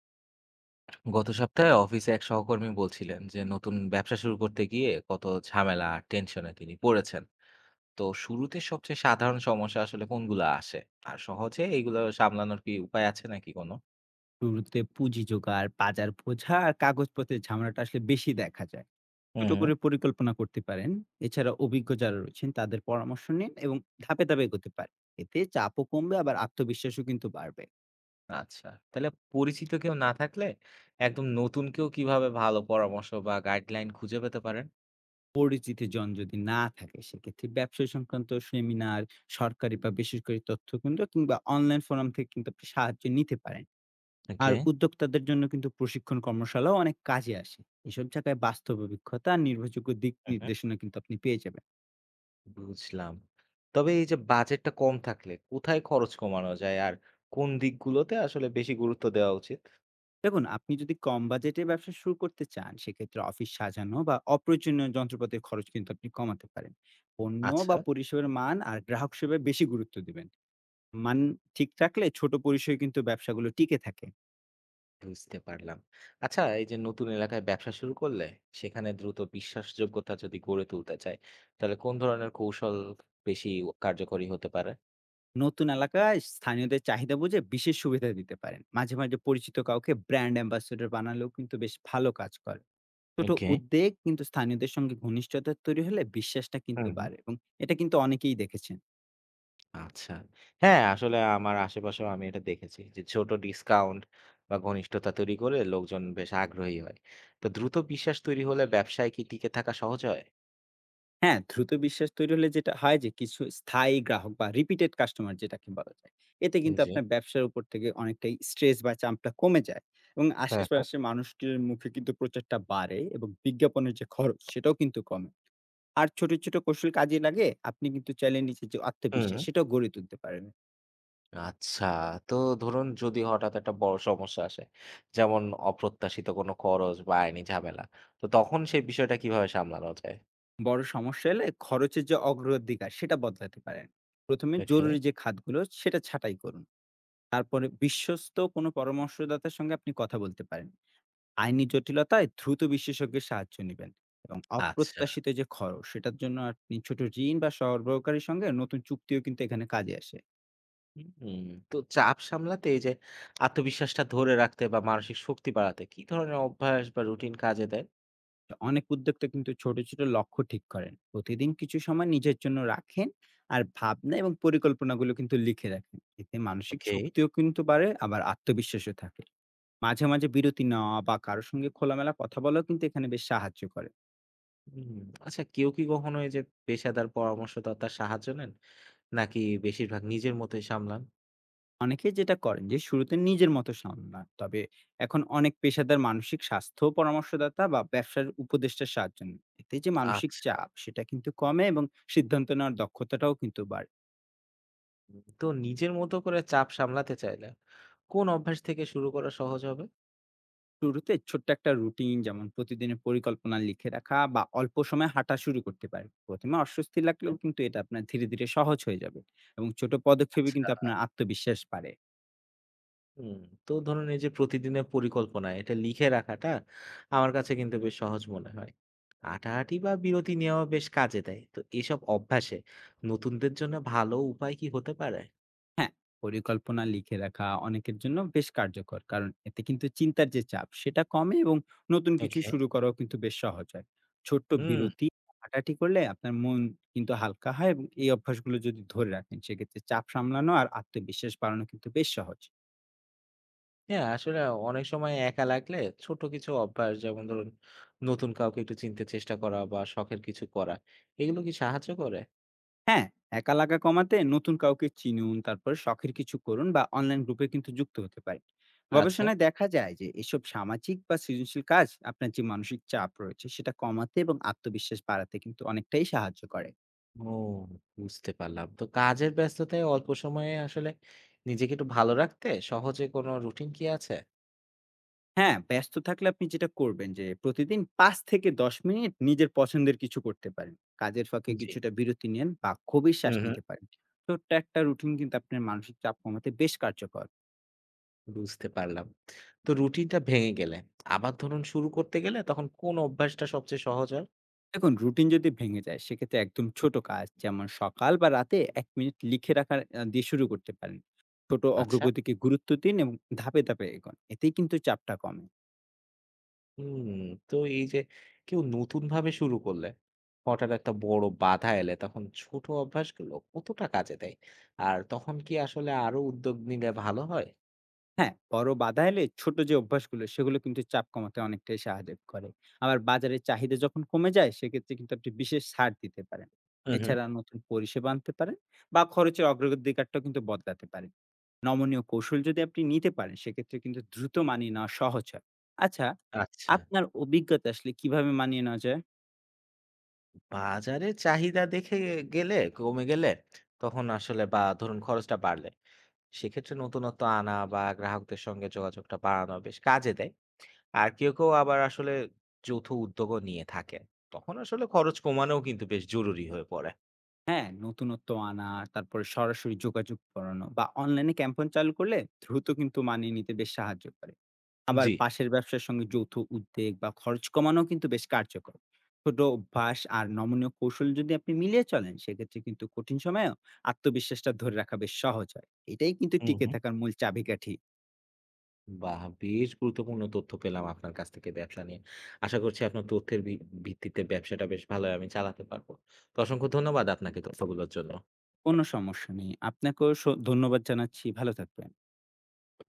গত সপ্তাহে অফিসে এক সহকর্মী বলছিলেন যে নতুন ব্যবসা শুরু করতে গিয়ে কত ঝামেলা আর টেনশনে তিনি পড়েছেন। তো শুরুতে সবচেয়ে সাধারণ সমস্যা আসলে কোনগুলো আসে? আর সহজে এইগুলো সামলানোর কি উপায় আছে নাকি কোনো? শুরুতে পুঁজি জোগাড়, বাজার বোঝা আর কাগজপত্রের ঝামেলাটা আসলে বেশি দেখা যায়। ছোট হুম। করে পরিকল্পনা করতে পারেন। এছাড়া অভিজ্ঞ যারা রয়েছেন তাদের পরামর্শ নিন এবং ধাপে, ধাপে এগোতে পারেন। এতে চাপও কমবে আবার আত্মবিশ্বাসও কিন্তু বাড়বে। আচ্ছা, তাহলে পরিচিত কেউ না থাকলে একদম নতুন কেউ কিভাবে ভালো পরামর্শ বা গাইডলাইন খুঁজে পেতে পারেন? পরিচিত জন যদি না থাকে সেক্ষেত্রে ব্যবসা সংক্রান্ত সেমিনার, সরকারি বা বেসরকারি তথ্যকেন্দ্র কিংবা অনলাইন ফোরাম থেকে কিন্তু আপনি সাহায্য নিতে পারেন। আর ওকে। উদ্যোক্তাদের জন্য কিন্তু প্রশিক্ষণ কর্মশালাও অনেক কাজে আসে। এসব জায়গায় বাস্তব অভিজ্ঞতা আর নির্ভরযোগ্য দিক হুম। নির্দেশনা কিন্তু আপনি পেয়ে যাবেন। বুঝলাম। তবে এই যে বাজেটটা কম থাকলে কোথায় খরচ কমানো যায় আর কোন দিকগুলোতে আসলে বেশি গুরুত্ব দেওয়া উচিত? দেখুন আপনি যদি কম বাজেটে ব্যবসা শুরু করতে চান সেক্ষেত্রে অফিস সাজানো বা অপ্রয়োজনীয় যন্ত্রপাতির খরচ কিন্তু আপনি কমাতে পারেন। পণ্য আচ্ছা। বা পরিষেবার মান আর গ্রাহক সেবায় বেশি গুরুত্ব দিবেন। মান ঠিক রাখলে ছোট পরিসরে কিন্তু ব্যবসাগুলো টিকে থাকে। বুঝতে পারলাম। আচ্ছা, এই যে নতুন এলাকায় ব্যবসা শুরু করলে সেখানে দ্রুত বিশ্বাসযোগ্যতা যদি গড়ে তুলতে চায়, তাহলে কোন ধরনের কৌশল বেশি কার্যকরী হতে পারে? নতুন এলাকায় স্থানীয়দের চাহিদা বুঝে বিশেষ সুবিধা দিতে পারেন। মাঝে মাঝে পরিচিত কাউকে ব্র্যান্ড অ্যাম্বাসেডর বানালেও কিন্তু বেশ ভালো কাজ করে। ছোট ওকে। উদ্যোগ কিন্তু স্থানীয়দের সঙ্গে ঘনিষ্ঠতা তৈরি হলে বিশ্বাসটা কিন্তু হুম, হুম। বাড়ে এবং এটা কিন্তু অনেকেই দেখেছেন। আচ্ছা। হ্যাঁ, আসলে আমার আশেপাশেও আমি এটা দেখেছি যে ছোট ডিসকাউন্ট বা ঘনিষ্ঠতা তৈরি করে লোকজন বেশ আগ্রহী হয়। তো দ্রুত বিশ্বাস তৈরি হলে ব্যবসায় কি টিকে থাকা সহজ হয়? হ্যাঁ, দ্রুত বিশ্বাস তৈরি হলে যেটা হয় যে কিছু স্থায়ী গ্রাহক বা রিপিটেড কাস্টমার যেটাকে বলা যায়। এতে কিন্তু জি। আপনার ব্যবসার উপর থেকে অনেকটাই স্ট্রেস বা চাপটা কমে যায় এবং হ্যাঁ, হ্যাঁ। আশেপাশের মানুষটির মুখে কিন্তু প্রচারটা বাড়ে এবং বিজ্ঞাপনের যে খরচ সেটাও কিন্তু কমে। আর ছোট, ছোট কৌশল কাজে লাগে। আপনি কিন্তু চাইলে নিজের যে হুম। আত্মবিশ্বাস সেটাও গড়ে তুলতে পারেন। আচ্ছা। তো ধরুন যদি হঠাৎ একটা বড় সমস্যা আসে, যেমন অপ্রত্যাশিত কোনো খরচ বা আইনি ঝামেলা, তো তখন সেই বিষয়টা কিভাবে সামলানো যায়? বড় সমস্যা এলে খরচের যে অগ্রাধিকার সেটা বদলাতে পারেন। ১ম এ ওকে। জরুরি যে খাতগুলো সেটা ছাঁটাই করুন। তারপরে বিশ্বস্ত কোনো পরামর্শদাতার সঙ্গে আপনি কথা বলতে পারেন। আইনি জটিলতায় দ্রুত বিশেষজ্ঞের সাহায্য নেবেন এবং আচ্ছা। অপ্রত্যাশিত যে খরচ সেটার জন্য আপনি ছোট ঋণ বা সরবরাহকারীর সঙ্গে নতুন চুক্তিও কিন্তু এখানে কাজে আসে। হুম, তো চাপ সামলাতে এই যে আত্মবিশ্বাসটা ধরে রাখতে বা মানসিক শক্তি বাড়াতে কি ধরনের অভ্যাস বা রুটিন কাজে দেয়? তো অনেক উদ্যোক্তা কিন্তু ছোট ছোট লক্ষ্য ঠিক করেন, প্রতিদিন কিছু সময় নিজের জন্য রাখেন আর ভাবনা এবং পরিকল্পনাগুলো কিন্তু লিখে রাখেন। এতে মানসিক ওকে। শক্তিও কিন্তু বাড়ে আবার আত্মবিশ্বাসও থাকে। মাঝে মাঝে বিরতি নেওয়া বা কারোর সঙ্গে খোলামেলা কথা বলাও কিন্তু এখানে বেশ সাহায্য করে। হুম, আচ্ছা কেউ কি কখনো এই যে পেশাদার পরামর্শদাতার সাহায্য নেন? নাকি বেশিরভাগ নিজের মতোই সামলান? অনেকে যেটা করেন যে শুরুতে নিজের মতো সামলান, তবে এখন অনেক পেশাদার মানসিক স্বাস্থ্য পরামর্শদাতা বা ব্যবসার উপদেষ্টার সাহায্য নেন। এতে যে মানসিক আচ্ছা। চাপ সেটা কিন্তু কমে এবং সিদ্ধান্ত নেওয়ার দক্ষতাটাও কিন্তু বাড়ে। হুম, তো নিজের মতো করে চাপ সামলাতে চাইলে কোন অভ্যাস থেকে শুরু করা সহজ হবে? শুরুতে ছোট্ট একটা রুটিন, যেমন প্রতিদিনের পরিকল্পনা লিখে রাখা বা অল্প সময় হাঁটা শুরু করতে পারেন। প্রথমে অস্বস্তি এটা? লাগলেও কিন্তু এটা আপনার ধীরে ধীরে সহজ হয়ে যাবে এবং ছোট পদক্ষেপে আচ্ছা। কিন্তু আপনার আত্মবিশ্বাস বাড়ে। হুম, তো ধরুন এই যে প্রতিদিনের পরিকল্পনা এটা লিখে রাখাটা আমার কাছে কিন্তু বেশ সহজ মনে হয়। হাঁটাহাঁটি বা বিরতি নেওয়া বেশ কাজে দেয়। তো এসব অভ্যাসে নতুনদের জন্য ভালো উপায় কি হতে পারে? পরিকল্পনা লিখে রাখা অনেকের জন্য বেশ কার্যকর, কারণ এতে কিন্তু চিন্তার যে চাপ সেটা কমে এবং নতুন কিছু ওকে। শুরু করাও কিন্তু বেশ সহজ হয়। ছোট্ট হুম, বিরতি, হাঁটাহাঁটি করলে আপনার মন কিন্তু হালকা হয় এবং এই অভ্যাসগুলো যদি ধরে রাখেন সেক্ষেত্রে চাপ সামলানো আর আত্মবিশ্বাস বাড়ানো কিন্তু বেশ সহজ। হ্যাঁ, আসলে অনেক সময় একা লাগলে ছোট কিছু অভ্যাস যেমন ধরুন নতুন কাউকে একটু চিনতে চেষ্টা করা বা শখের কিছু করা, এগুলো কি সাহায্য করে? হ্যাঁ, একা লাগা কমাতে নতুন কাউকে চিনুন, তারপরে শখের কিছু করুন বা অনলাইন গ্রুপে কিন্তু যুক্ত হতে পারেন। আচ্ছা। গবেষণায় দেখা যায় যে এসব সামাজিক বা সৃজনশীল কাজ আপনার যে মানসিক চাপ রয়েছে সেটা কমাতে এবং আত্মবিশ্বাস বাড়াতে কিন্তু অনেকটাই সাহায্য করে। ও, বুঝতে পারলাম। তো কাজের ব্যস্ততায় অল্প সময়ে আসলে নিজেকে একটু ভালো রাখতে সহজে কোনো রুটিন কি আছে? হ্যাঁ, ব্যস্ত থাকলে আপনি যেটা করবেন যে প্রতিদিন ৫ থেকে ১০ মিনিট নিজের পছন্দের কিছু করতে পারেন। কাজের ফাঁকে জি। কিছুটা বিরতি নেন বা গভীর শ্বাস হুম, হুম। নিতে পারেন। ছোট্ট একটা রুটিন কিন্তু আপনার মানসিক চাপ কমাতে বেশ কার্যকর। বুঝতে পারলাম। তো রুটিনটা ভেঙে গেলে আবার ধরুন শুরু করতে গেলে তখন কোন অভ্যাসটা সবচেয়ে সহজ হয়? দেখুন রুটিন যদি ভেঙে যায় সেক্ষেত্রে একদম ছোট কাজ, যেমন সকাল বা রাতে এক মিনিট লিখে রাখার দিয়ে শুরু করতে পারেন। ছোট আচ্ছা। অগ্রগতিকে গুরুত্ব দিন এবং ধাপে ধাপে এগোন। এতেই কিন্তু চাপটা কমে। হুম, তো এই যে কেউ নতুনভাবে শুরু করলে হঠাৎ একটা বড় বাধা এলে তখন ছোট অভ্যাসগুলো কতটা কাজে দেয়? আর তখন কি আসলে আরো উদ্যোগ নিলে ভালো হয়? হ্যাঁ, বড় বাধা এলে ছোট যে অভ্যাসগুলো সেগুলো কিন্তু চাপ কমাতে অনেকটাই সাহায্য করে। আবার বাজারের চাহিদা যখন কমে যায় সেক্ষেত্রে কিন্তু আপনি বিশেষ ছাড় দিতে পারেন। হুম, হুম। এছাড়া নতুন পরিষেবা আনতে পারেন বা খরচের অগ্রাধিকারটাও কিন্তু বদলাতে পারেন। নমনীয় কৌশল যদি আপনি নিতে পারেন সেক্ষেত্রে কিন্তু দ্রুত মানিয়ে নেওয়া সহজ হয়। আচ্ছা, আচ্ছা। আপনার অভিজ্ঞতা আসলে কিভাবে মানিয়ে নেওয়া যায়? বাজারে চাহিদা দেখে গেলে কমে গেলে তখন আসলে বা ধরুন খরচটা বাড়লে সেক্ষেত্রে নতুনত্ব আনা বা গ্রাহকদের সঙ্গে যোগাযোগটা বাড়ানো বেশ কাজে দেয়। আর কেউ কেউ আবার আসলে যৌথ উদ্যোগও নিয়ে থাকে, তখন আসলে খরচ কমানোও কিন্তু বেশ জরুরি হয়ে পড়ে। হ্যাঁ, নতুনত্ব আনা, তারপরে সরাসরি যোগাযোগ করানো বা অনলাইনে ক্যাম্পেইন চালু করলে দ্রুত কিন্তু মানিয়ে নিতে বেশ সাহায্য করে। আবার জি। পাশের ব্যবসার সঙ্গে যৌথ উদ্যোগ বা খরচ কমানো কিন্তু বেশ কার্যকর। ছোট অভ্যাস আর নমনীয় কৌশল যদি আপনি মিলিয়ে চলেন সেক্ষেত্রে কিন্তু কঠিন সময়েও আত্মবিশ্বাসটা ধরে রাখা বেশ সহজ হয়। এটাই কিন্তু হুম, টিকে হুম। থাকার মূল চাবিকাঠি। বাহ, বেশ গুরুত্বপূর্ণ তথ্য পেলাম আপনার কাছ থেকে ব্যবসা নিয়ে। আশা করছি আপনার তথ্যের ভিত্তিতে ব্যবসাটা বেশ ভালো আমি চালাতে পারবো। তো অসংখ্য ধন্যবাদ আপনাকে তথ্যগুলোর জন্য। কোনো সমস্যা নেই। আপনাকেও ধন্যবাদ জানাচ্ছি। ভালো থাকবেন।